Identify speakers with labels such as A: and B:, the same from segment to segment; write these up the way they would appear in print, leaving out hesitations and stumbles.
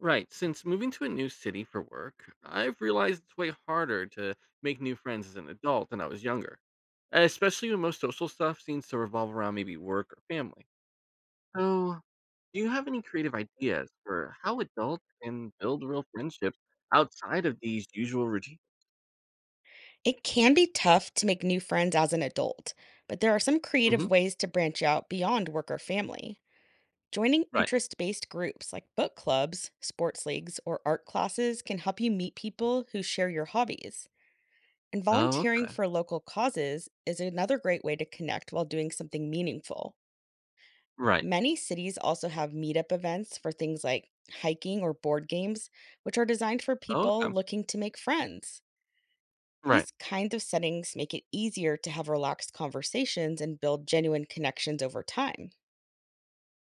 A: Right. Since moving to a new city for work, I've realized it's way harder to make new friends as an adult than I was younger, especially when most social stuff seems to revolve around maybe work or family. So, do you have any creative ideas for how adults can build real friendships outside of these usual routines?
B: It can be tough to make new friends as an adult, but there are some creative
A: Hmm.
B: ways to branch out beyond work or family. Joining
A: Right.
B: interest based groups like book clubs, sports leagues, or art classes can help you meet people who share your hobbies. And
A: Oh,
B: volunteering
A: okay.
B: for local causes is another great way to connect while doing something meaningful.
A: Right.
B: Many cities also have meetup events for things like hiking or board games, which are designed for
A: Oh,
B: people
A: okay.
B: looking to make friends.
A: Right.
B: These kinds of settings make it easier to have relaxed conversations and build genuine connections over time.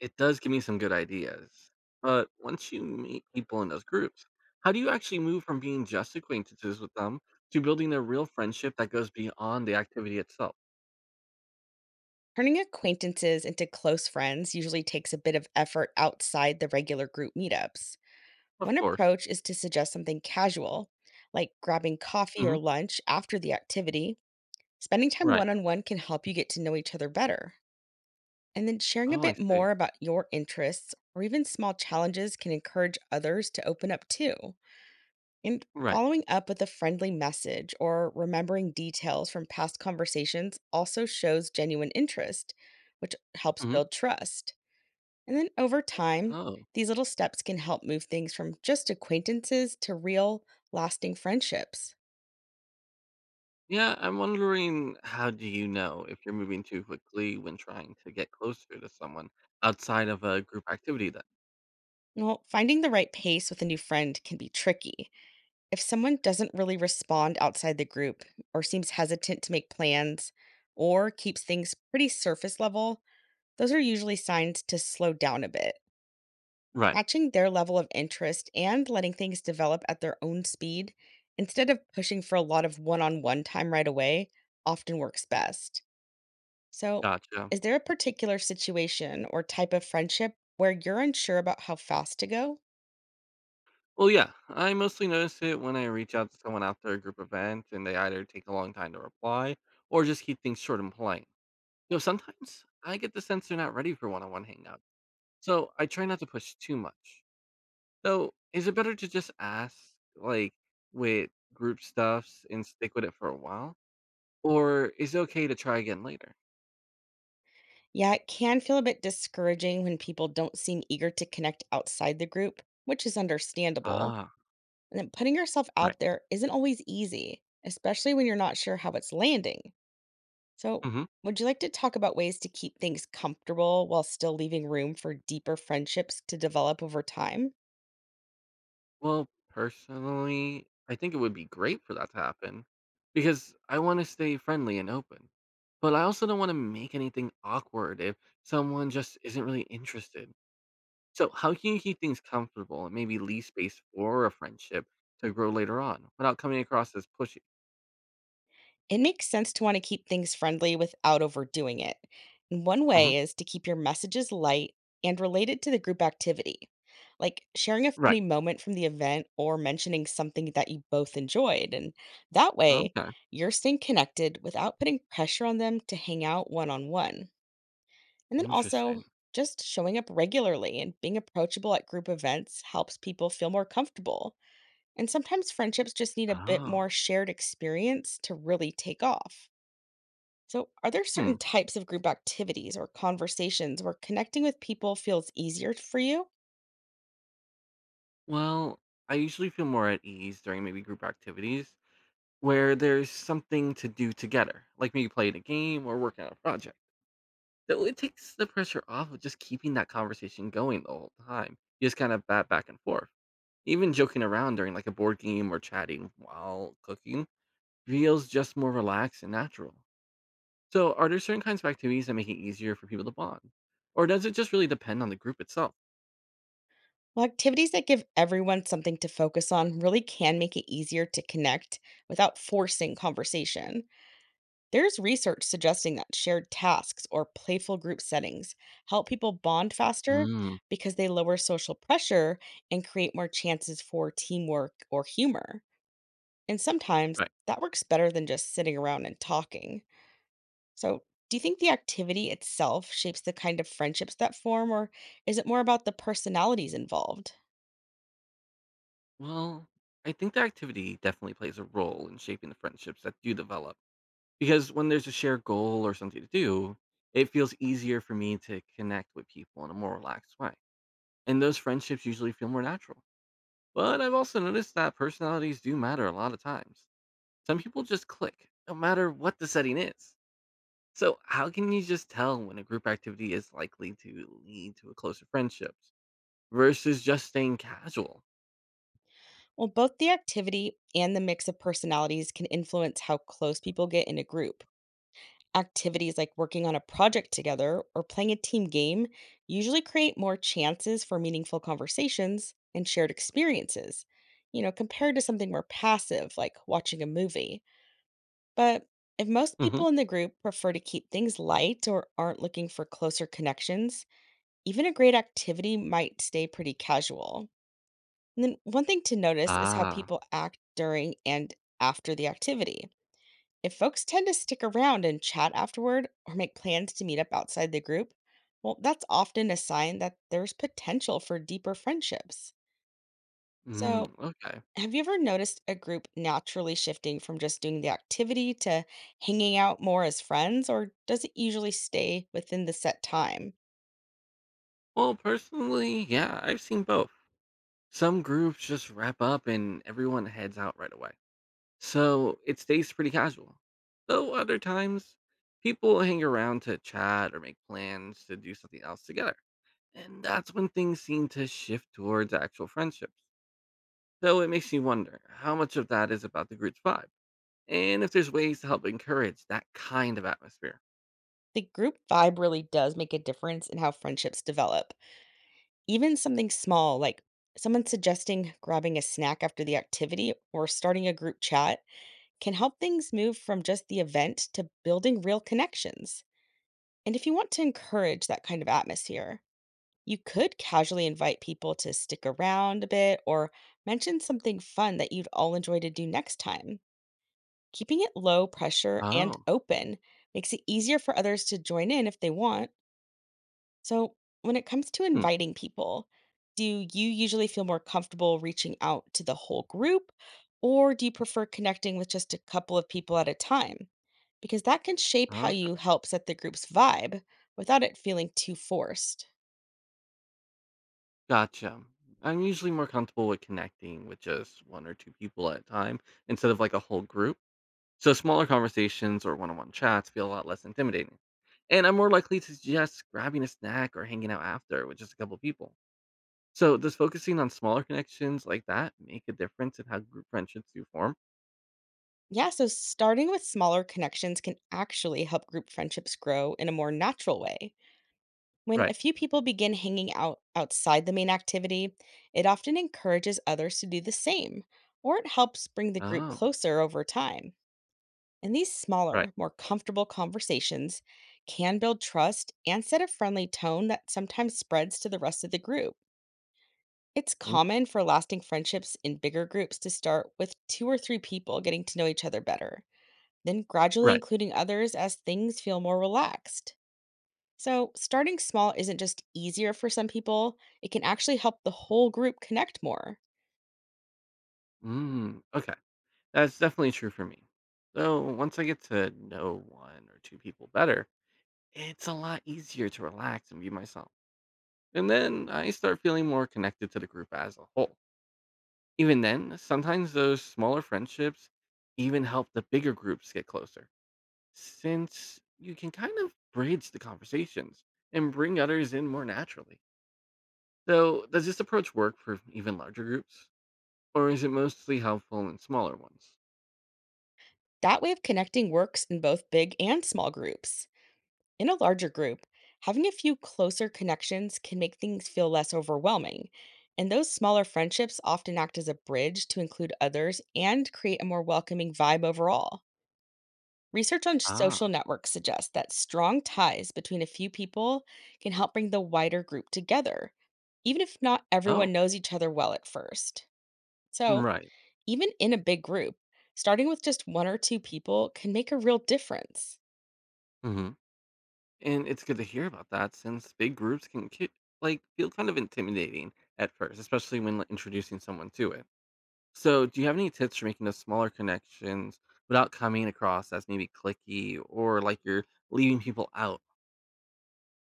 A: It does give me some good ideas. But once you meet people in those groups, how do you actually move from being just acquaintances with them to building a real friendship that goes beyond the activity itself?
B: Turning acquaintances into close friends usually takes a bit of effort outside the regular group meetups.
A: Of
B: One
A: course.
B: approach is to suggest something casual, like grabbing coffee or
A: Hmm.
B: lunch after the activity. Spending time
A: Right.
B: one on one can help you get to know each other better. And then sharing a
A: Oh, I
B: bit
A: see.
B: more about your interests or even small challenges can encourage others to open up too. And
A: Right.
B: following up with a friendly message or remembering details from past conversations also shows genuine interest, which helps
A: Hmm.
B: build trust. And then over time,
A: Oh,
B: these little steps can help move things from just acquaintances to real, lasting friendships.
A: yeah. I'm wondering how do you know if you're moving too quickly when trying to get closer to someone outside of a group activity then?
B: Well, finding the right pace with a new friend can be tricky. If someone doesn't really respond outside the group or seems hesitant to make plans or keeps things pretty surface level, those are usually signs to slow down a bit.
A: Right.
B: Matching their level of interest and letting things develop at their own speed instead of pushing for a lot of one on one time right away often works best. So,
A: Gotcha.
B: is there a particular situation or type of friendship where you're unsure about how fast to go?
A: Well, yeah, I mostly notice it when I reach out to someone after a group event and they either take a long time to reply or just keep things short and polite. Sometimes I get the sense they're not ready for one on one hangouts, so I try not to push too much. So, is it better to just ask, like, with group stuffs and stick with it for a while? Or is it okay to try again later?
B: Yeah, it can feel a bit discouraging when people don't seem eager to connect outside the group, which is understandable.
A: Ah,
B: And then putting yourself
A: right.
B: out there isn't always easy, especially when you're not sure how it's landing. So,
A: Hmm.
B: would you like to talk about ways to keep things comfortable while still leaving room for deeper friendships to develop over time?
A: Well, personally, I think it would be great for that to happen because I want to stay friendly and open. But I also don't want to make anything awkward if someone just isn't really interested. So, how can you keep things comfortable and maybe leave space for a friendship to grow later on without coming across as pushy?
B: It makes sense to want to keep things friendly without overdoing it. And one
A: Hmm.
B: way is to keep your messages light and related to the group activity, like sharing a
A: Right.
B: funny moment from the event or mentioning something that you both enjoyed. And that way,
A: Okay.
B: you're staying connected without putting pressure on them to hang out one on one. And then also,
A: Interesting.
B: just showing up regularly and being approachable at group events helps people feel more comfortable. And sometimes friendships just need a bit more
A: Oh.
B: shared experience to really take off. So, are there certain
A: Hmm.
B: types of group activities or conversations where connecting with people feels easier for you?
A: Well, I usually feel more at ease during maybe group activities where there's something to do together, like maybe playing a game or working on a project. So it takes the pressure off of just keeping that conversation going the whole time. You just kind of bat back and forth. Even joking around during like a board game or chatting while cooking feels just more relaxed and natural. So, are there certain kinds of activities that make it easier for people to bond? Or does it just really depend on the group itself?
B: Well, activities that give everyone something to focus on really can make it easier to connect without forcing conversation. There's research suggesting that shared tasks or playful group settings help people bond faster
A: Mm,
B: because they lower social pressure and create more chances for teamwork or humor. And sometimes
A: right.
B: that works better than just sitting around and talking. So, do you think the activity itself shapes the kind of friendships that form, or is it more about the personalities involved?
A: Well, I think the activity definitely plays a role in shaping the friendships that do develop. Because when there's a shared goal or something to do, it feels easier for me to connect with people in a more relaxed way. And those friendships usually feel more natural. But I've also noticed that personalities do matter a lot of times. Some people just click, no matter what the setting is. So, how can you just tell when a group activity is likely to lead to a closer friendships versus just staying casual?
B: Well, both the activity and the mix of personalities can influence how close people get in a group. Activities like working on a project together or playing a team game usually create more chances for meaningful conversations and shared experiences, you know, compared to something more passive like watching a movie. But if most
A: Hmm.
B: people in the group prefer to keep things light or aren't looking for closer connections, even a great activity might stay pretty casual. And then one thing to notice is how
A: Ah,
B: people act during and after the activity. If folks tend to stick around and chat afterward or make plans to meet up outside the group, well, that's often a sign that there's potential for deeper friendships.
A: mm,
B: So,
A: okay.
B: have you ever noticed a group naturally shifting from just doing the activity to hanging out more as friends, or does it usually stay within the set time?
A: Well, personally, yeah, I've seen both. Some groups just wrap up and everyone heads out right away, so it stays pretty casual. Though other times, people hang around to chat or make plans to do something else together. And that's when things seem to shift towards actual friendships. So it makes you wonder how much of that is about the group's vibe and if there's ways to help encourage that kind of atmosphere.
B: The group vibe really does make a difference in how friendships develop. Even something small, like someone suggesting grabbing a snack after the activity or starting a group chat, can help things move from just the event to building real connections. And if you want to encourage that kind of atmosphere, you could casually invite people to stick around a bit or mention something fun that you'd all enjoy to do next time. Keeping it low pressure and
A: Oh,
B: open makes it easier for others to join in if they want. So, when it comes to
A: hmm.
B: inviting people, do you usually feel more comfortable reaching out to the whole group, or do you prefer connecting with just a couple of people at a time? Because that can shape how
A: Oh,
B: you help set the group's vibe without it feeling too forced.
A: gotcha. I'm usually more comfortable with connecting with just one or two people at a time instead of like a whole group. So smaller conversations or one-on-one chats feel a lot less intimidating. And I'm more likely to suggest grabbing a snack or hanging out after with just a couple people. So does focusing on smaller connections like that make a difference in how group friendships do form?
B: Yeah, so starting with smaller connections can actually help group friendships grow in a more natural way. When a
A: Right.
B: few people begin hanging out outside the main activity, it often encourages others to do the same, or it helps bring the group
A: Oh,
B: closer over time. And these
A: right.
B: smaller, more comfortable conversations can build trust and set a friendly tone that sometimes spreads to the rest of the group. It's
A: In-
B: common for lasting friendships in bigger groups to start with two or three people getting to know each other better, then gradually
A: right.
B: including others as things feel more relaxed. So, starting small isn't just easier for some people, it can actually help the whole group connect more.
A: Mm, okay. That's definitely true for me. So once I get to know one or two people better, it's a lot easier to relax and be myself. And then I start feeling more connected to the group as a whole. Even then, sometimes those smaller friendships even help the bigger groups get closer, since you can kind of bridge the conversations and bring others in more naturally. So, does this approach work for even larger groups, or is it mostly helpful in smaller ones?
B: That way of connecting works in both big and small groups. In a larger group, having a few closer connections can make things feel less overwhelming. And those smaller friendships often act as a bridge to include others and create a more welcoming vibe overall. Research on social
A: Ah,
B: networks suggests that strong ties between a few people can help bring the wider group together, even if not everyone
A: oh,
B: knows each other well at first. So,
A: right.
B: even in a big group, starting with just one or two people can make a real difference.
A: Hmm. And it's good to hear about that, since big groups can like feel kind of intimidating at first, especially when like, introducing someone to it. So, do you have any tips for making those smaller connections without coming across as maybe clicky or like you're leaving people out?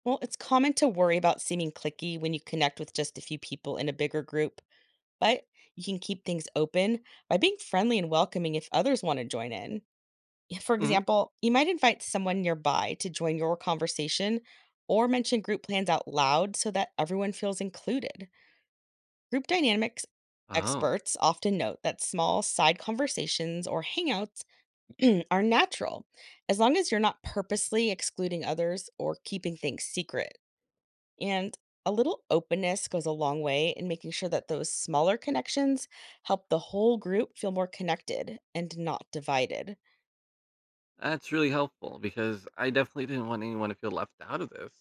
B: Well, it's common to worry about seeming clicky when you connect with just a few people in a bigger group, but you can keep things open by being friendly and welcoming if others want to join in. Yeah, for
A: Hmm.
B: example, you might invite someone nearby to join your conversation or mention group plans out loud so that everyone feels included. Group dynamics
A: Oh,
B: experts often note that small side conversations or hangouts are natural as long as you're not purposely excluding others or keeping things secret. And a little openness goes a long way in making sure that those smaller connections help the whole group feel more connected and not divided.
A: that's really helpful because I definitely didn't want anyone to feel left out of this.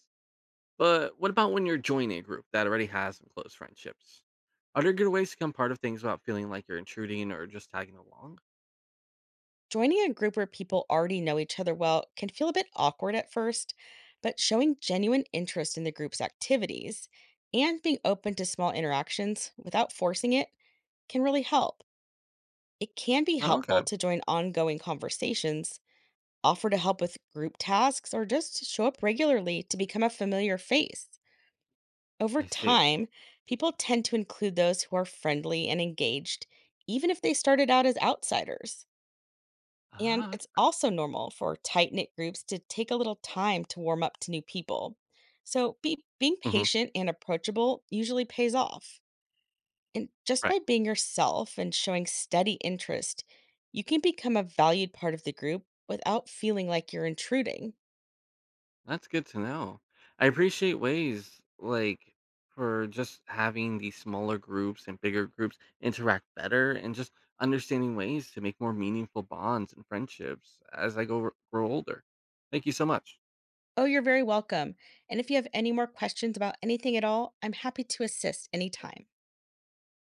A: But what about when you're joining a group that already has some close friendships? Are there good ways to become part of things without feeling like you're intruding or just tagging along?
B: Joining a group where people already know each other well can feel a bit awkward at first, but showing genuine interest in the group's activities and being open to small interactions without forcing it can really help. It can be
A: Oh, okay.
B: helpful to join ongoing conversations, offer to help with group tasks, or just to show up regularly to become a familiar face. Over
A: I see.
B: time, people tend to include those who are friendly and engaged, even if they started out as outsiders. And
A: Ah,
B: it's
A: okay.
B: also normal for tight knit groups to take a little time to warm up to new people. Being
A: Hmm,
B: patient and approachable usually pays off. And just
A: right.
B: by being yourself and showing steady interest, you can become a valued part of the group without feeling like you're intruding.
A: That's good to know. I appreciate ways like for just having these smaller groups and bigger groups interact better and just understanding ways to make more meaningful bonds and friendships as I go grow older. Thank you so much.
B: Oh, you're very welcome. And if you have any more questions about anything at all, I'm happy to assist anytime.